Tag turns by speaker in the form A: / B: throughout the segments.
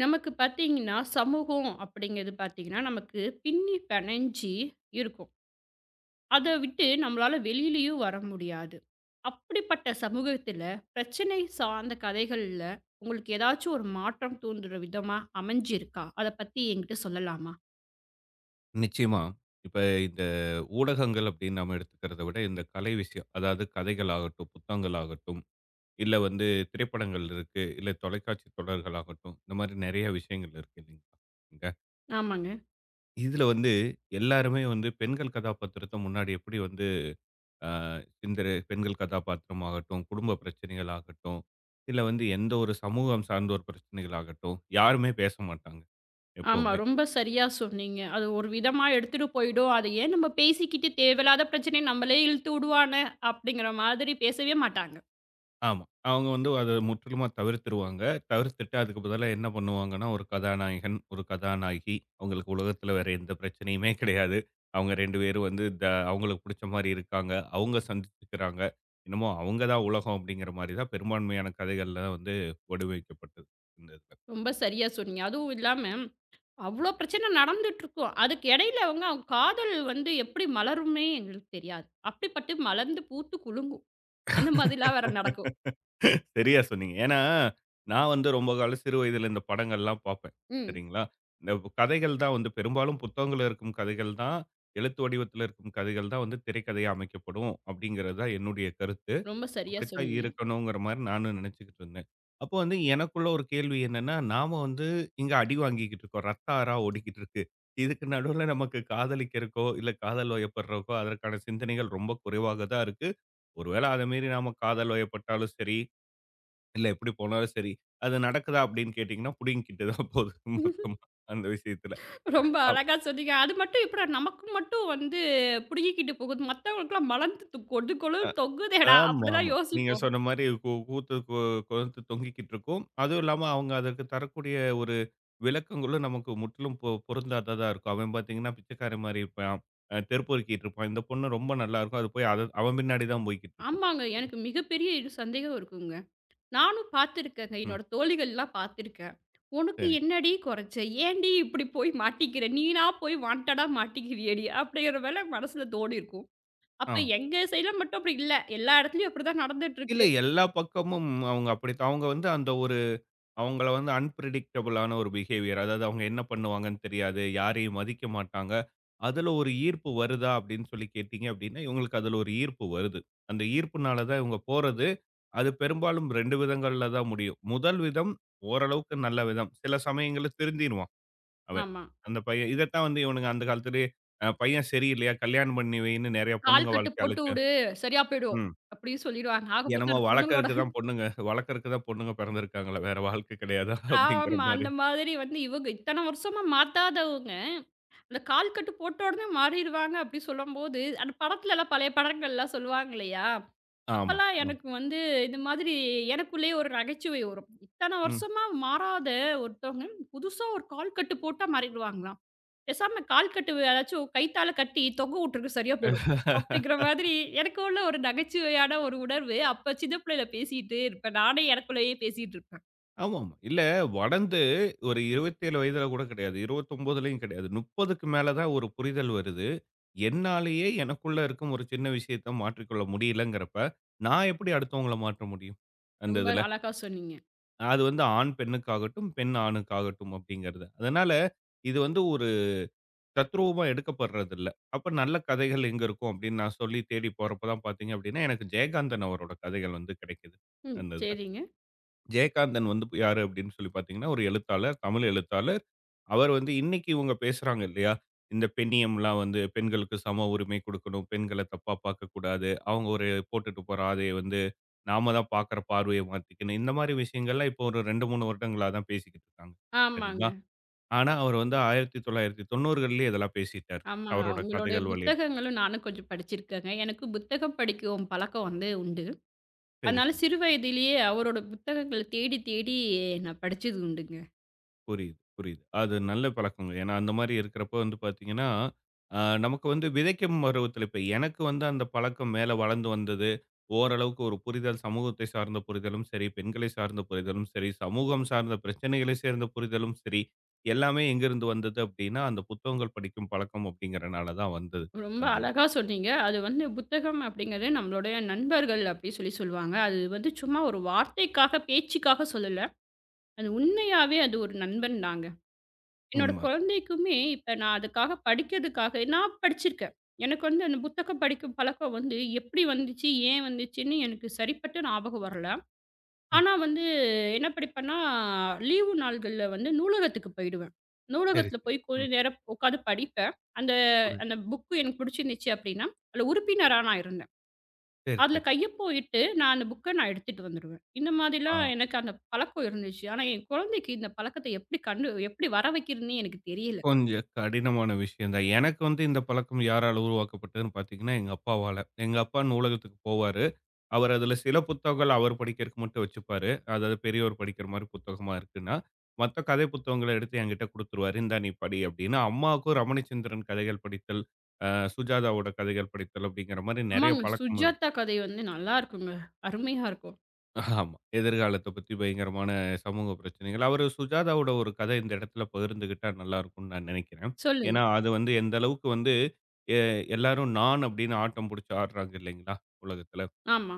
A: நமக்கு பார்த்தீங்கன்னா, சமூகம் அப்படிங்கிறது பார்த்தீங்கன்னா, நமக்கு பின்னி பெணஞ்சு இருக்கும். அத விட்டு நம்மளால வெளியிலயும் வர முடியாது. அப்படிப்பட்ட சமூகத்தில, பிரச்சனை சார்ந்த கதைகள்ல உங்களுக்கு ஏதாச்சும் ஒரு மாற்றம் தூண்டுற விதமா அமைஞ்சிருக்கா? அத பத்தி என்கிட்ட சொல்லலாமா?
B: நிச்சயமா. இப்ப இந்த ஊடகங்கள் அப்படின்னு நம்ம எடுத்துக்கிறத விட, இந்த கலை விஷயம். அதாவது கதைகள் ஆகட்டும், புத்தகங்கள் ஆகட்டும், இல்ல வந்து திரைப்படங்கள் இருக்கு. இல்ல தொலைக்காட்சி தொடர்கள் ஆகட்டும். இந்த மாரி நெறைய விஷயங்கள் இருக்கு இல்லைங்களா? இங்க.
A: ஆமாங்க.
B: இதுல வந்து எல்லாருமே வந்து பெண்கள் கதாபாத்திரத்த முன்னாடி எப்படி வந்து அ இந்த பெண்கள் கதாபாத்திரம் ஆகட்டும், குடும்ப பிரச்சனைகள் ஆகட்டும், இல்ல வந்து எந்த ஒரு சமூகம் சார்ந்த ஒரு பிரச்சனைகள் ஆகட்டும், யாருமே பேச மாட்டாங்க
A: ஆமா.
B: எப்பவுமே.
A: ரொம்ப சரியா சொன்னீங்க. அது ஒரு விதமா எடுத்துட்டு போயிடும். "அத ஏன் நம்ம பேசிக்கிட்டு தேவையில்லாத பிரச்சனைய நம்மளே இழுத்து விடுவானே" அப்படிங்கிற மாதிரி பேசவே மாட்டாங்க.
B: ஆமா. அவங்க வந்து அத முற்றிலுமா தவிர்த்துருவாங்க. தவிர்த்துட்டு அதுக்கு பதிலா என்ன பண்ணுவாங்கன்னா, ஒரு கதாநாயகன், ஒரு கதாநாயகி. அவங்களுக்கு உலகத்துல வேற எந்த பிரச்சனையுமே கிடையாது. அவங்க 2 பேரும் வந்து அவங்களுக்கு புடிச்ச மாரி இருக்காங்க. அவங்க சந்திச்சுக்கிறாங்க. என்னமோ அவங்க தான் உலகம் அப்படிங்கிற மாரி தான் பெரும்பான்மையான கதைகள்ல வந்து வடிவமைக்கப்பட்டது. இந்த
A: ரொம்ப சரியா சொன்னீங்க. அதுவும் இல்லாம அவ்ளோ பிரச்சனை நடந்துட்டுருக்கும். அதுக்கு இடையில அவங்க அவங்க காதல் வந்து எப்படி மலரும்னே எங்களுக்கு தெரியாது. அப்படிப்பட்டு மலர்ந்து பூத்து குலுங்கும். அந்த மாதிரிலாம் வேற
B: இதுல.
A: நடக்கும்.
B: சரியா சொன்னீங்க. ஏன்னா, நான் வந்து ரொம்ப காலம் சிறு வயதில இந்த படங்கள்லாம் பார்ப்பேன்.
A: ம்.
B: சரிங்களா? இந்த கதைகள் தான் வந்து பெரும்பாலும் புத்தகங்கள்ல இருக்கும் கதைகள் தான், எழுத்து வடிவத்தில இருக்கும் கதைகள் தான் வந்து திரைக்கதையா அமைக்கப்படும் அப்படிங்கிறது தான் என்னுடைய கருத்து.
A: ரொம்ப சரியா
B: அப்படித்தான்
A: சொன்னீங்க.
B: இருக்கணுங்கிற மாரி நானும் நினைச்சுக்கிட்டு இருந்தேன். அப்போ வந்து எனக்குள்ள ஒரு கேள்வி என்னன்னா, நாம வந்து இங்க அடி வாங்கிக்கிட்டு இருக்கோம். ரத்த ஆறா ஓடிக்கிட்டு இருக்கு. இதுக்கு நடுவுல நமக்கு காதலிக்கிறக்கோ, இல்ல காதல் வயப்படுறக்கோ அதற்கான சிந்தனைகள் ரொம்ப குறைவாக தான் இருக்கு. ஒருவேள அத மீறி நாம காதல் வயப்பட்டாலும் சரி, இல்ல எப்படி போனாலும் சரி. அது நடக்குதா அப்படின்னு கேட்டீங்கன்னா, புடிங்கிக்கிட்டு தான் போகுது மொத்தமா அந்த விஷயத்துல.
A: ரொம்ப
B: அப்
A: அழகா சொன்னீங்க. அது மட்டும் எப்படிடா நமக்கு மட்டும் வந்து பிடுங்கிக்கிட்டு போகுது. மத்தவங்களுக்குலாம் மலர்ந்து கொடு
B: அ
A: கொடுன்னு தொங்குதேடா! அப்படிலாம்
B: ஆமாமா. நீங்க
A: யோசிப்போம்.
B: சொன்ன மாரி கூத்து கொழுத்து தொங்கிக்கிட்டு இருக்கும். அதுவும் இல்லாம அவங்க அதற்கு தரக்கூடிய ஒரு விளக்கங்களும் நமக்கு முற்றிலும் பொருந்தாததா இருக்கும். அவன் பார்த்தீங்கன்னா, பிச்சைக்காரன் மாரி இருப்பான். தெருப்பொறுக்கிட்டு இருப்பான். இந்த பொண்ணு ரொம்ப நல்லா இருக்கும். அது போய் அத அவன் பின்னாடி தான் போய்க்கிட்டு இருக்கும்.
A: ஆமாங்க. எனக்கு மிகப்பெரிய இது சந்தேகம் இருக்குங்க. நானும் பார்த்துருக்கேங்க.
B: ம்.
A: என்னோட தோழிகள்லாம் பார்த்துருக்கேன். "உனக்கு
B: சரி.
A: என்னடி கொறைச்ச? ஏன்டி இப்படி போய் மாட்டிக்கிற? நீனா போய் வாண்டடா மாட்டிக்கிறியேடி" அப்படிங்கிற மேல மனசுல தோணியிருக்கும். அப்ப
B: ஆமா.
A: எங்க சைட்ல மட்டும் அப்படி இல்ல. எல்லா இடத்துலயும் அப்படிதான்
B: இல்ல
A: நடந்துட்டுருக்கு.
B: எல்லா பக்கமும் அவங்க அப்படித்தான். அவங்க வந்து அந்த ஒரு அவங்கள வந்து அன்பிரெடிக்டபிளான ஒரு பிஹேவியர். அதாவது அவங்க என்ன பண்ணுவாங்கன்னு தெரியாது. யாரையும் மதிக்க மாட்டாங்க. அதுல ஒரு ஈர்ப்பு வருதா அப்படின்னு சொல்லி கேட்டீங்க அப்படின்னா, இவங்களுக்கு அதுல ஒரு ஈர்ப்பு வருது. அந்த ஈர்ப்புனால தான் இவங்க போறது. அது பெரும்பாலும் 2 விதங்கள்ல தான் முடியும். முதல் விதம் ஓரளவுக்கு நல்ல விதம். சில சமயங்கள்ல திருந்திருவான் அவன்.
A: ஆமா.
B: அந்த பையன் இதத்தான் வந்து இவனுங்க அந்த காலத்திலேயே பையன் சரியில்லையா, கல்யாணம் பண்ணி வைன்னு நெறைய
A: "கால்
B: பொண்ணுங்க
A: கட்டு
B: வாழ்க்கைய
A: போட்டு
B: அழிச்சு
A: உடு, சரியா போயிடும்"
B: ம்.
A: அப்படின்னு சொல்லிருவாங்க. ஆக மொத்தம்
B: என்னமோ
A: அந்த பொண்ணுங்களோட
B: வளர்க்கறக்கு தான் பொண்ணுங்க பிறந்திருக்காங்களா, வேற வாழ்க்கை கிடையாதா அப்படிங்கிற
A: ஆமா.
B: மாரி.
A: அந்த மாதிரி வந்து இவங்க இத்தன வருஷமா மாத்தாதவங்க இந்த கால் கட்டு போட்ட உடனே மாறிடுவாங்க அப்படி சொல்லும்போது, அந்த படத்துலலாம் பழைய படங்கள்லாம் சொல்லுவாங்க இல்லையா?
B: ஆமா.
A: அப்பலாம்
B: ஆ.
A: எனக்கு வந்து இந்த மாதிரி எனக்குள்ளேயே ஒரு நகைச்சுவை வரும். இத்தனை
B: ம்.
A: வருஷமா மாறாத ஒருத்தவங்க, புதுசா ஒரு கால் கட்டு போட்டா மாறிடுவாங்களாம். பேசாம கால் கட்டு ஏதாச்சும் கயித்தால கட்டி தொங்க விட்டுருக்கு சரியா போயிடும். அப்படிங்கிற மாதிரி எனக்குள்ள ஒரு நகைச்சுவையான ஒரு உணர்வு. அப்ப சின்ன பிள்ளையில பேசிட்டு இருப்பேன். நானே எனக்குள்ளேயே பேசிட்டு இருப்பேன்.
B: ஆமாமா. இல்ல வளர்ந்து ஒரு 27 வயதுல கூட கிடையாது. 29லயும் கிடையாது. 30க்கு மேல தான் ஒரு புரிதல் வருது. என்னாலேயே எனக்குள்ள இருக்கும் ஒரு சின்ன விஷயத்த மாற்றிக்கொள்ள முடியலங்கிறப்ப, நான் எப்படி அடுத்தவங்கள மாற்ற முடியும்? அந்த
A: ரொம்ப
B: இதுல.
A: அழகா சொன்னீங்க.
B: அது வந்து ஆண் பெண்ணுக்காகட்டும், பெண் ஆணுக்காகட்டும் அப்படிங்கிறது. அதனால இது வந்து ஒரு தத்ரூவமா எடுக்கப்படுறதில்ல. அப்ப நல்ல கதைகள் எங்க இருக்கும் அப்படின்னு நான் சொல்லி தேடி போறப்ப தான் பார்த்தீங்க அப்படின்னா, எனக்கு ஜெயகாந்தன் அவரோட கதைகள் வந்து கிடைக்குது.
A: ம்.
B: அந்த இதுல.
A: சரிங்க.
B: ஜெயகாந்தன் வந்து யாரு அப்படின்னு சொல்லி பார்த்தீங்கன்னா, ஒரு எழுத்தாளர், தமிழ் எழுத்தாளர். அவர் வந்து இன்னைக்கு இவங்க பேசுறாங்க இல்லையா? இந்த பெண்ணியம்லாம் வந்து பெண்களுக்கு சம உரிமை குடுக்கணும். பெண்கள தப்பா பார்க்கக்கூடாது. அவங்க ஒரு போட்டுட்டு போற ஆடைய வந்து நாம தான் பார்க்குற பார்வைய மாத்திக்கணும். இந்த மாரி விஷயங்கள்லாம் இப்போ ஒரு 2, 3 வருடங்களா தான் பேசிக்கிட்டு இருக்காங்க.
A: ஆமாங்க.
B: சரிங்களா? ஆனா, அவர் வந்து 1990கள்லயே இதெல்லாம் பேசிட்டாரு.
A: ஆமாங்க.
B: அவரோட
A: உங்களுடைய
B: கதைகள் வழியா.
A: புத்தகங்களும் நானும் கொஞ்சம் படிச்சிருக்கேங்க. எனக்கு புத்தகம் படிக்கும் பழக்கம் வந்து உண்டு.
B: சரி,
A: அதனால
B: சரி.
A: சிறு வயதிலேயே அவரோட புத்தகங்கள தேடி, தேடி நான் படிச்சது உண்டுங்க.
B: புரியுது, புரியுது. அது நல்ல பழக்கங்க. ஏன்னா, அந்த மாரி இருக்கிறப்போ வந்து பார்த்தீங்கன்னா, அ நமக்கு வந்து விதைக்கும் பருவத்தில இப்ப எனக்கு வந்து அந்த பழக்கம் மேல வளர்ந்து வந்தது. ஓரளவுக்கு ஒரு புரிதல், சமூகத்தை சார்ந்த புரிதலும் சரி, பெண்களை சார்ந்த புரிதலும் சரி, சமூகம் சார்ந்த பிரச்சனைகளை சேர்ந்த புரிதலும் சரி, எல்லாமே எங்கிருந்து வந்தது அப்படின்னா, அந்த புத்தகங்கள் படிக்கும் பழக்கம் அப்படிங்கிறனால தான் வந்தது.
A: ரொம்ப
B: அந்த இதுல.
A: அழகா சொன்னீங்க. அது வந்து புத்தகம் அப்படிங்கிறது நம்மளுடைய நண்பர்கள் அப்படி சொல்லி சொல்லுவாங்க. அது வந்து சும்மா ஒரு வார்த்தைக்காக, பேச்சுக்காக சொல்லல. அது உண்மையாவே அது ஒரு நண்பன் தாங்க. என்னோட
B: உண்ம.
A: குழந்தைக்குமே இப்ப நான் அதுக்காக படிக்கிறதுக்காக நான் படிச்சிருக்கேன். எனக்கு வந்து அந்த புத்தகம் படிக்கும் பழக்கம் வந்து எப்படி வந்துச்சு? ஏன் வந்துச்சுன்னு எனக்கு சரிப்பட்ட ஞாபகம் வரல.
B: ம்.
A: ஆனா வந்து என்ன படிப்பேன்னா, லீவு நாள்கள்ல வந்து நூலகத்துக்கு போயிடுவேன்.
B: சரி,
A: நூலகத்துல
B: சரி.
A: போய் கொஞ்ச
B: ம்.
A: நேரம் உட்காந்து படிப்பேன். அந்த
B: புரியுது.
A: அந்த புக்கு எனக்கு பிடிச்சிருந்துச்சு அப்படின்னா, அதில உறுப்பினரா நான் இருந்தேன்.
B: சரி,
A: அதில
B: சரி.
A: கையொப்பம் இட்டு நான் அந்த புக்க நான் எடுத்துட்டு வந்துருவேன். இந்த
B: ஆ.
A: மாதிரிலாம் எனக்கு அந்த பழக்கம் இருந்துச்சு. ஆனா என் குழந்தைக்கு இந்த பழக்கத்த எப்படி கண்டு எப்படி வர வைக்கிறதுன்னே எனக்கு தெரியல.
B: கொஞ்சம் கடினமான விஷயம் தான். எனக்கு வந்து இந்த பழக்கம் யாரால உருவாக்கப்பட்டதுன்னு பார்த்தீங்கன்னா, எங்க அப்பாவால. எங்க அப்பா நூலகத்துக்கு போவாரு. அவர் அதுல சில புத்தகங்கள் அவர் படிக்கிறதுக்கு மட்டும் வச்சுப்பாரு. அதாவது பெரியோர் படிக்கிற மாரி புத்தகமா இருக்குன்னா, மத்த கதை புத்தகங்கள எடுத்து என்கிட்ட குடுத்துருவாரு. "இந்தா நீ படி" அப்படின்னு. அம்மாவுக்கும் ரமணிச்சந்திரன் கதைகள் படித்தல், அ சுஜாதாவோட கதைகள் படித்தல் அப்படிங்கிற மாரி நெறைய
A: ஆமாங்க.
B: பழக்கம் இரு
A: சுஜாதா கதை வந்து நல்லா இருக்குங்க. அருமையா இருக்கும்.
B: ஆமா. எதிர்காலத்த பத்தி பயங்கரமான சமூக பிரச்சனைகள். அவரு சுஜாதாவோட ஒரு கதை இந்த இடத்துல பகிர்ந்துகிட்டா நல்லா இருக்கும்னு நான் நினைக்கிறேன்.
A: சொல்லுங்க.
B: ஏன்னா, அது வந்து எந்த அளவுக்கு வந்து எ எல்லாரும் நான் அப்படின்னு ஆட்டம் புடிச்சு ஆடுறாங்க இல்லைங்களா, உலகத்துல.
A: ஆமா.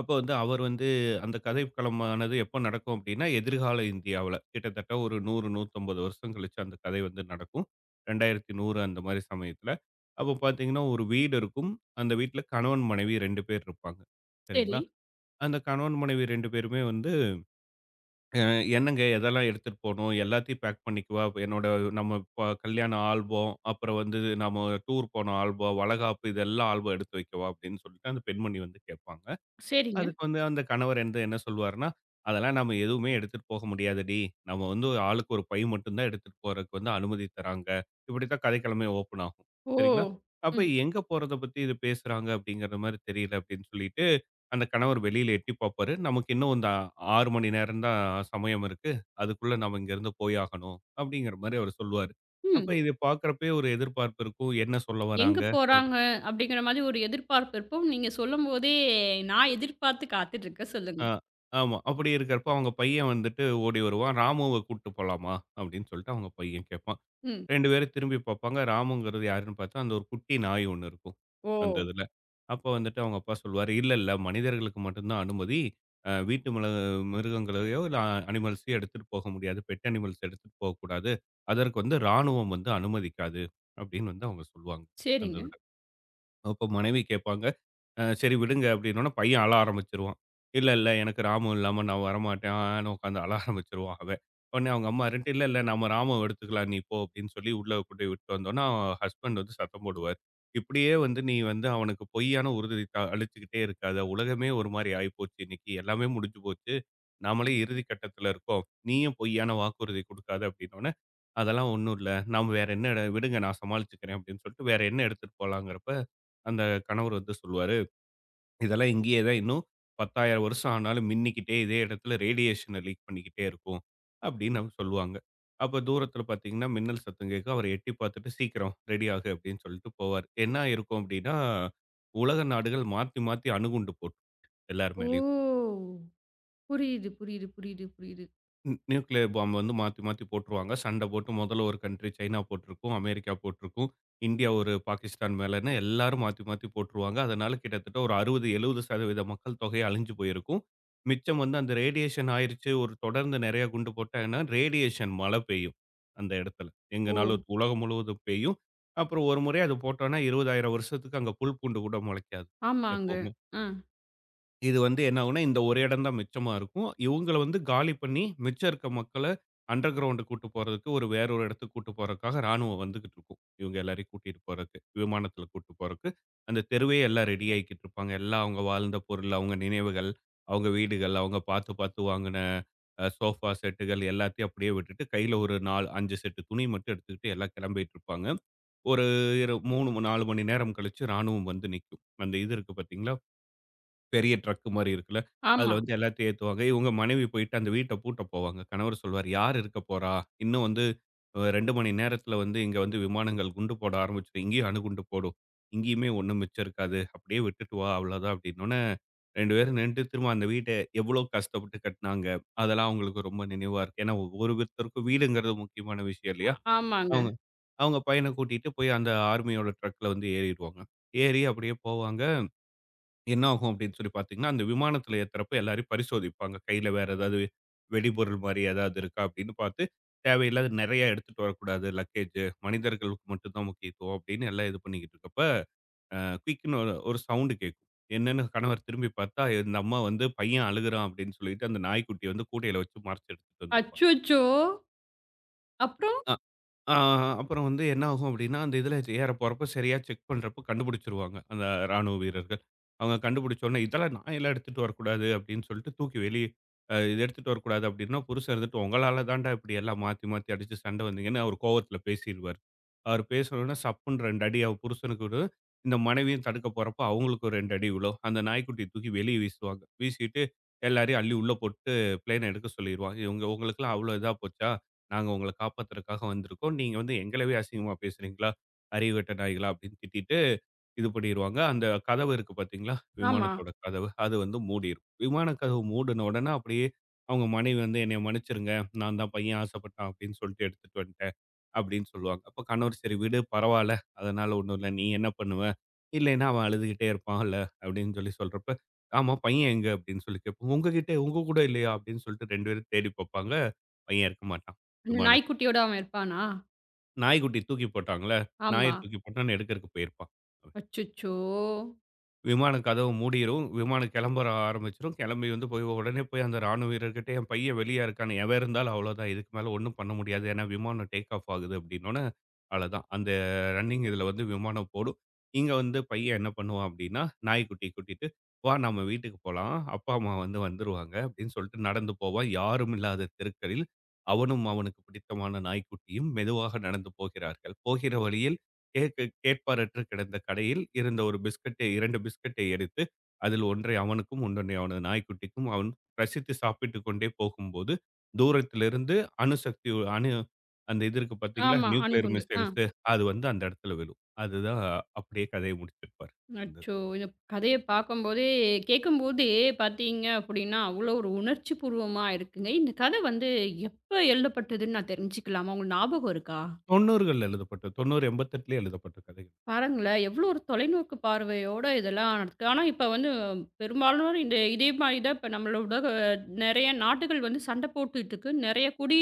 B: அப்போ வந்து அவர் வந்து அந்த கதைக்களமானது எப்போ நடக்கும் அப்படின்னா, எதிர்கால இந்தியாவுல. கிட்டத்தட்ட ஒரு 100, 150 வருஷம் கழிச்சு அந்த கதை வந்து நடக்கும். 2100 அந்த மாரி சமயத்துல. அப்போ பார்த்தீங்கன்னா, ஒரு வீடு இருக்கும். அந்த வீட்ல கணவன், மனைவி 2 பேர் இருப்பாங்க.
A: சரி.
B: சரிங்களா? அந்த கணவன், மனைவி 2 பேருமே வந்து அ என்னங்க எதெல்லாம் எடுத்துட்டு போணும்? எல்லாத்தையும் பேக் பண்ணிக்கவா? என்னோட நம்ம கல்யாண ஆல்பம், அப்புறம் வந்து நம்ம டூர் போன ஆல்பம், வளகாப்பு இதெல்லாம் ஆல்பம் எடுத்து வைக்கவா? அப்படின்னு சொல்லிட்டு அந்த பெண்மணி வந்து கேட்பாங்க.
A: சரிங்க.
B: அது. வந்து அந்த கணவர் வந்து என்ன சொல்வாருன்னா, "அதெல்லாம் நம்ம எதுவுமே எடுத்துட்டு போக முடியாதுடி. நம்ம வந்து ஒரு ஆளுக்கு ஒரு பை மட்டும் தான் எடுத்துட்டு போறதுக்கு வந்து அனுமதி தராங்க." இப்படித்தான் கதைக்களமே ஓப்பன் ஆகும்.
A: ஓ!
B: சரிங்களா? அப்ப
A: ம்.
B: எங்க போறத பத்தி இது பேசுறாங்க அப்படிங்கிற மாரி தெரியல அப்படின்னு சொல்லிட்டு அந்த கணவர் வெளியில எட்டி பார்ப்பாரு. நமக்கு இன்னும் இந்த 6 மணி நேரம் தான் சமயம் இருக்கு. அதுக்குள்ள நாம இங்கேருந்து போயாகணும் அப்படிங்கிற மாரி அவரு சொல்லுவாரு. அப்ப
A: ம்.
B: இத பார்க்குறப்பயே ஒரு எதிர்பார்ப்பு இருக்கும். என்ன சொல்ல
A: எங்க
B: வராங்க? அப்படி
A: போறாங்க? அப்படிங்கிற மாரி ஒரு எதிர்பார்ப்பு இருக்கும். நீங்க சொல்லும்போதே நான் எதிர்பார்த்து காத்துட்டு இருக்கேன். சொல்லுங்க.
B: ஆ ஆமா. அப்படி இருக்கிறப்ப அவங்க பையன் வந்துட்டு ஓடி வருவான். "ராமுவ கூட்டு போலாமா?" அப்படின்னு சொல்லிட்டு அவங்க பையன் கேட்பான்.
A: ம்.
B: 2 பேரும் திரும்பி பார்ப்பாங்க. ராமுங்கிறது யாருன்னு பார்த்தா, அந்த ஒரு குட்டி நாய் ஒண்ணு இருக்கும்,
A: ஓ!
B: அந்த இதுல. அப்போ வந்துட்டு அவங்க அப்பா சொல்லுவாரு, "இல்ல, இல்ல மனிதர்களுக்கு மட்டும் தான் அனுமதி. வீட்டு மிருகங்களையோ, இல்ல அனிமல்ஸையோ எடுத்துட்டு போக முடியாது. பெட் அனிமல்ஸ் எடுத்துட்டு போகக்கூடாது. அதற்கு வந்து ராணுவம் வந்து அனுமதிக்காது." அப்படின்னு வந்து அவங்க சொல்லுவாங்க, அந்த
A: சரிங்க.
B: இதுல. அப்ப மனைவி கேட்பாங்க. சரி விடுங்க அப்படின்னோன, பையன் அழ ஆரம்பிச்சுருவான். இல்ல, இல்ல எனக்கு ராமு இல்லாம நான் வரமாட்டேன். ஆன்னு உட்காந்து அழ ஆரம்பிச்சுருவான் அவன். உடனே அவங்க அம்மா இருந்துட்டு, இல்ல, இல்ல நம்ம ராமுவ எடுத்துக்கலாம் நீ போ அப்படின்னு சொல்லி உள்ள கொண்டு போய் விட்டுட்டு வந்தோம்னா, ஹஸ்பண்ட் வந்து சத்தம் போடுவாரு. இப்படியே வந்து நீ வந்து அவனுக்கு பொய்யான உறுதி அளிச்சுக்கிட்டே இருக்காத. உலகமே ஒரு மாரி ஆயிப்போச்சு இன்னைக்கு. எல்லாமே முடிஞ்சு போச்சு. நாமளே இறுதி கட்டத்துல இருக்கோம். நீயும் பொய்யான வாக்குறுதி குடுக்காத அப்படின்னோன, அதெல்லாம் ஒண்ணும் இல்ல. நாம வேற என்ன விடுங்க நான் சமாளிச்சுக்கிறேன் அப்படின்னு சொல்லிட்டு வேற என்ன எடுத்துட்டு போலாங்கிறப்ப அந்த கணவர் வந்து சொல்லுவாரு. இதெல்லாம் இங்கேயே தான் இன்னும் 10,000 வருஷம் ஆனாலும் மின்னிக்கிட்டே இதே இடத்துல ரேடியேஷன லீக் பண்ணிக்கிட்டே இருக்கும். அப்படின்னு அவங்க சொல்லுவாங்க. அப்ப தூரத்துல பார்த்தீங்கன்னா, மின்னல் சத்தம் கேட்கும். அவர் எட்டி பார்த்துட்டு சீக்கிரம் ரெடி ஆகு அப்படின்னு சொல்லிட்டு போவாரு. என்ன இருக்கும் அப்படின்னா, உலக நாடுகள் மாத்தி மாத்தி அணுகுண்டு போடும் எல்லார்
A: ஓ!
B: மேலயும்.
A: புரியுது, புரியுது, புரியுது, புரியுது.
B: நியூக்ளியர் பாம் வந்து மாத்தி, மாத்தி போட்டுருவாங்க. சண்டை போட்டு முதல்ல ஒரு கண்ட்ரி சைனா போட்டிருக்கும், அமெரிக்கா போட்டிருக்கும், இந்தியா ஒரு பாகிஸ்தான் மேலன்னு எல்லாரும் மாத்தி, மாத்தி போட்டுருவாங்க. அதனால கிட்டத்தட்ட ஒரு 60, 70% மக்கள் தொகை அழிஞ்சு போயிருக்கும். மிச்சம் வந்து அந்த ரேடியேஷன் ஆயிருச்சு. ஒரு தொடர்ந்து நிறைய குண்டு போட்டாங்கன்னா, ரேடியேஷன் மழை பெய்யும் அந்த இடத்துல.
A: ஓ!
B: எங்கனாலும் உலகம் முழுவதும் பெய்யும். அப்புறம் ஒரு முறை அது போட்டோம்னா 20,000 வருஷத்துக்கு அங்க புல் பூண்டு கூட முளைக்காது
A: ஆமாங்க.
B: எப்பவுமே.
A: அ.
B: இது வந்து என்ன ஆகும்னா, இந்த ஒரு இடம் தான் மிச்சமா இருக்கும். இவங்கள வந்து காலி பண்ணி, மிச்சம் இருக்க மக்கள அண்டர் கிரவுண்ட் கூட்டு போறதுக்கு, ஒரு வேற ஒரு இடத்துக்கு கூட்டு போறதுக்காக ராணுவம் வந்துகிட்டு இருக்கும். இவங்க எல்லாரையும் கூட்டிட்டு போறதுக்கு. விமானத்தில கூட்டு போறதுக்கு. அந்த தெருவே எல்லாம் ரெடி ஆகிக்கிட்டு இருப்பாங்க. எல்லாம் அவங்க வாழ்ந்த பொருள், அவங்க நினைவுகள், அவங்க வீடுகள், அவங்க பார்த்து பார்த்து வாங்கின சோஃபா செட்டுகள் எல்லாத்தையும் அப்படியே விட்டுட்டு, கையில ஒரு 4, 5 செட்டு துணி மட்டும் எடுத்துக்கிட்டு எல்லாம் கிளம்பிட்டு இருப்பாங்க. ஒரு 3, 4 மணி நேரம் கழிச்சு ராணுவம் வந்து நிக்கும். அந்த இது இருக்கு பார்த்தீங்களா? பெரிய ட்ரக் மாரி இருக்குல்ல.
A: ஆமா.
B: அதுல வந்து எல்லாத்தையும் ஏத்துவாங்க. இவங்க மனைவி போயிட்டு அந்த வீட்ட பூட்ட போவாங்க. கணவர் சொல்வாரு, "யார் இருக்க போறா? இன்னும் வந்து 2 மணி நேரத்துல வந்து இங்க வந்து விமானங்கள் குண்டு போட ஆரம்பிச்சுரும். இங்கேயும் அணுகுண்டு போடும். இங்கேயுமே ஒண்ணும் மிச்சம் இருக்காது. அப்படியே விட்டுட்டு வா அவ்வளோதான்" அப்படின்னோனே 2 பேரும் நின்னுட்டு திரும்ப அந்த வீட்ட எவ்வளோ கஷ்டப்பட்டு கட்டுனாங்க. அதெல்லாம் அவங்களுக்கு ரொம்ப நினைவா இருக்கு. ஏன்னா ஒவ்வொருத்தருக்கும் வீடுங்கிறது முக்கியமான விஷயம் இல்லையா?
A: ஆமாங்க.
B: அவங்க அவங்க பையன கூட்டிட்டு போய் அந்த ஆர்மியோட ட்ரக்ல வந்து ஏறிருவாங்க. ஏறி அப்படியே போவாங்க. என்ன ஆகும் அப்படின்னு சொல்லி பார்த்தீங்கன்னா, அந்த விமானத்தில ஏத்துறப்ப எல்லாரையும் பரிசோதிப்பாங்க. கையில வேற ஏதாவது வெடிபொருள் மாரி ஏதாவது இருக்கா அப்படின்னு பார்த்து, தேவையில்லாத நெறைய எடுத்துட்டு வரக்கூடாது லக்கேஜ். மனிதர்களுக்கு மட்டும் தான் முக்கியத்துவம் அப்படின்னு எல்லாம் இது பண்ணிக்கிட்டு இருக்கப்ப, அ குயிக்ன்னு ஒரு ஒரு சவுண்ட் கேட்கும். என்னன்னு கணவர் திரும்பி பார்த்தா, இந்த அம்மா வந்து பையன் அழுகுறான் அப்படின்னு சொல்லிட்டு அந்த நாய்க்குட்டிய வந்து கூடையில வச்சு மறைச்சு எடுத்துட்டு வந்திருப்பாங்க.
A: அச்சச்சோ! அப்புறம்?
B: ஆ அப்புறம் வந்து என்ன ஆகும் அப்படின்னா, அந்த இதில ஏற போறப்ப சரியா செக் பண்றப்போ கண்டுபிடிச்சுருவாங்க. அந்த ராணுவ வீரர்கள். அவங்க கண்டுபிடிச்சோனே, "இதெல்லாம் நான் எல்லாம் எடுத்துட்டு வரக்கூடாது." அப்படின்னு சொல்லிட்டு தூக்கி வெளிய "இது எடுத்துட்டு வரக்கூடாது." அப்படின்னா, புருஷன் இருந்துட்டு, "உங்களால தான்டா இப்படி எல்லாம் மாத்தி மாத்தி அடிச்சு சண்டை வந்தீங்கன்னு" அவர் கோவத்தில பேசிருவாரு. அவர் பேசுனோனே சப்புன்னு 2 அடி அவ புருஷனுக்கு விழும். இந்த மனைவியும் தடுக்க போறப்போ அவங்களுக்கு ஒரு 2 அடி விழும். அந்த நாய்க்குட்டிய தூக்கி வெளிய வீசுவாங்க. வீசிட்டு எல்லாரையும் அள்ளி உள்ள போட்டு பிளேன எடுக்க சொல்லிருவாங்க. இவங்க "உங்களுக்கெல்லாம் அவ்வளோ இதா போச்சா? நாங்க உங்கள காப்பாத்துறதுக்காக வந்திருக்கோம். நீங்க வந்து எங்களவே அசிங்கமா பேசுறீங்களா? அறிவுகெட்ட நாய்களா அப்படின்னு திட்டிட்டு, இது பண்ணிருவாங்க. அந்த கதவு இருக்கு பார்த்தீங்களா?
A: ஆமா.
B: விமானத்தோட கதவு. அது வந்து மூடியிருக்கும். விமான கதவு மூடுன உடனே அப்படியே அவங்க மனைவி வந்து என்னைய மன்னிச்சிருங்க. நான் தான் பையன் ஆசைப்பட்டான் அப்படின்னு சொல்லிட்டு எடுத்துட்டு வந்துட்டேன். அப்படின்னு சொல்லுவாங்க. அப்ப கணவர் சரி விடு பரவால்ல. அதனால ஒண்ணும் இல்ல. நீ என்ன பண்ணுவ? இல்லைன்னா அவன் அழுதுகிட்டே இருப்பான்ல அப்படின்னு சொல்லி சொல்றப்ப, ஆமா பையன் எங்க? அப்படின்னு சொல்லி கேட்போம். உங்ககிட்ட உங்க கூட இல்லையா? அப்படின்னு சொல்லிட்டு 2 பேரும் தேடி பார்ப்பாங்க. பையன் இருக்க மாட்டான்.
A: அந்த
B: விமானத்துல.
A: நாய்க்குட்டியோட அவன் இருப்பானா?
B: நாய்க்குட்டி தூக்கி போட்டாங்கல்ல, நாய
A: ஆமா.
B: தூக்கி போட்டான்னு எடுக்கறக்கு போயிருப்பான்.
A: அச்சச்சோ!
B: விமானம் கதவு மூடிரும். விமானம் கிளம்ப ஆரம்பிச்சுரும். கிளம்பி வந்து போய் உடனே போய் அந்த ராணுவ வீரர்கிட்ட, "என் பையன் வெளிய இருக்கான். எவன் இருந்தாலும் அவ்வளோதான். இதுக்கு மேல ஒண்ணும் பண்ண முடியாது. ஏன்னா விமானம் டேக் ஆஃப் ஆகுது." அப்படின்னோனே, அவ்வளோதான். அந்த ரன்னிங் இதுல வந்து விமானம் போடும். இங்க வந்து பையன் என்ன பண்ணுவான் அப்படின்னா, நாய்க்குட்டிய கூட்டிட்டு, "வா நம்ம வீட்டுக்கு போலாம். அப்பா, அம்மா வந்து வந்துருவாங்க." அப்படின்னு சொல்லிட்டு நடந்து போவான். யாரும் இல்லாத தெருக்களில் அவனும் அவனுக்கு பிடித்தமான நாய்க்குட்டியும் மெதுவாக நடந்து போகிறார்கள். போகிற வழியில் கேக்கு கேட்பாரற்று கிடந்த கடையில் இருந்த ஒரு பிஸ்கட்டை 2 பிஸ்கட்டை எடுத்து, அதில் ஒன்றை அவனுக்கும், இன்னொன்றை அவனது நாய்க்குட்டிக்கும் அவன் ரசித்து சாப்பிட்டுக் கொண்டே போகும்போது, தூரத்திலிருந்து அணுசக்தி அணு அந்த இது இருக்கு பார்த்தீங்களா?
A: ஆமா.
B: நியூக்ளியர்
A: அணுகுண்டு. ஆ.
B: மிசைல்ஸு அது வந்து அந்த இடத்துல விழும். அதுதான் அப்படியே கதைய முடிச்சிருப்பாரு. அந்த
A: அச்சோ! இந்த கதைய பார்க்கும்போதே கேட்கும்போதே பார்த்தீங்க அப்படின்னா, அவ்வளோ ஒரு உணர்ச்சி பூர்வமா இருக்குங்க. இந்த கதை வந்து எப்ப எழுதப்பட்டதுன்னு நான் தெரிஞ்சுக்கலாமா? உங்களுக்கு ஞாபகம் இருக்கா?
B: 90கள்ல எழுதப்பட்ட 88லயே எழுதப்பட்ட கதை.
A: பாருங்களேன், எவ்வளோ ஒரு தொலைநோக்கு பார்வையோட இதெல்லாம் நடக்கு. ஆனா, இப்ப வந்து பெரும்பாலானோர் இந்த இதே மாரி தான் இப்ப நம்மளோட நெறைய நாடுகள் வந்து சண்டை போட்டுட்டு இருக்கு. நெறைய குடி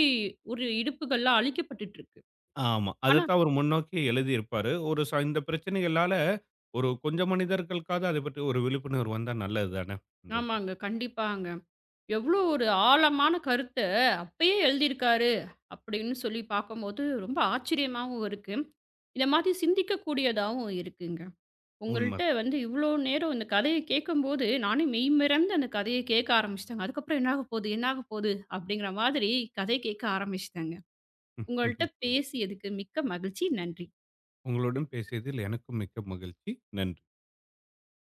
A: ஒரு இடுப்புகள்லாம் அழிக்கப்பட்டுட்டு இருக்கு.
B: ஆமா.
A: ஆனா
B: அதத்தான் அவர் முன்னோக்கி எழுதியிருப்பாரு. ஒரு இந்த பிரச்சனைகளால ஒரு கொஞ்சம் மனிதர்களுக்காவது அத பற்றி ஒரு விழிப்புணர்வு வந்தா நல்லது தானே இந்த உலகத்துல.
A: ஆமாங்க. கண்டிப்பாங்க. எவ்வளோ ஒரு ஆழமான கருத்த அப்பயே எழுதியிருக்காரு அப்படின்னு சொல்லி பார்க்கும்போது ரொம்ப ஆச்சரியமாவும் இருக்கு. இந்த மாதிரி சிந்திக்கக்கூடியதாவும் இருக்குங்க.
B: உண்ம.
A: உங்கள்ட்ட வந்து இவ்வளோ நேரம் இந்த கதைய கேட்கும்போது, நானே மெய்மறந்து அந்த கதைய கேட்க ஆரம்பிச்சுட்டேங்க. அதுக்கப்புறம் என்னாகப் போது என்னாகப் போது அப்படிங்கிற மாதிரி கதை கேட்க ஆரம்பிச்சுட்டேங்க. உங்கள்ட்ட பேசியதுக்கு மிக்க மகிழ்ச்சி. நன்றி.
B: உங்களுடன் பேசியதில் எனக்கும் மிக்க மகிழ்ச்சி. நன்றி.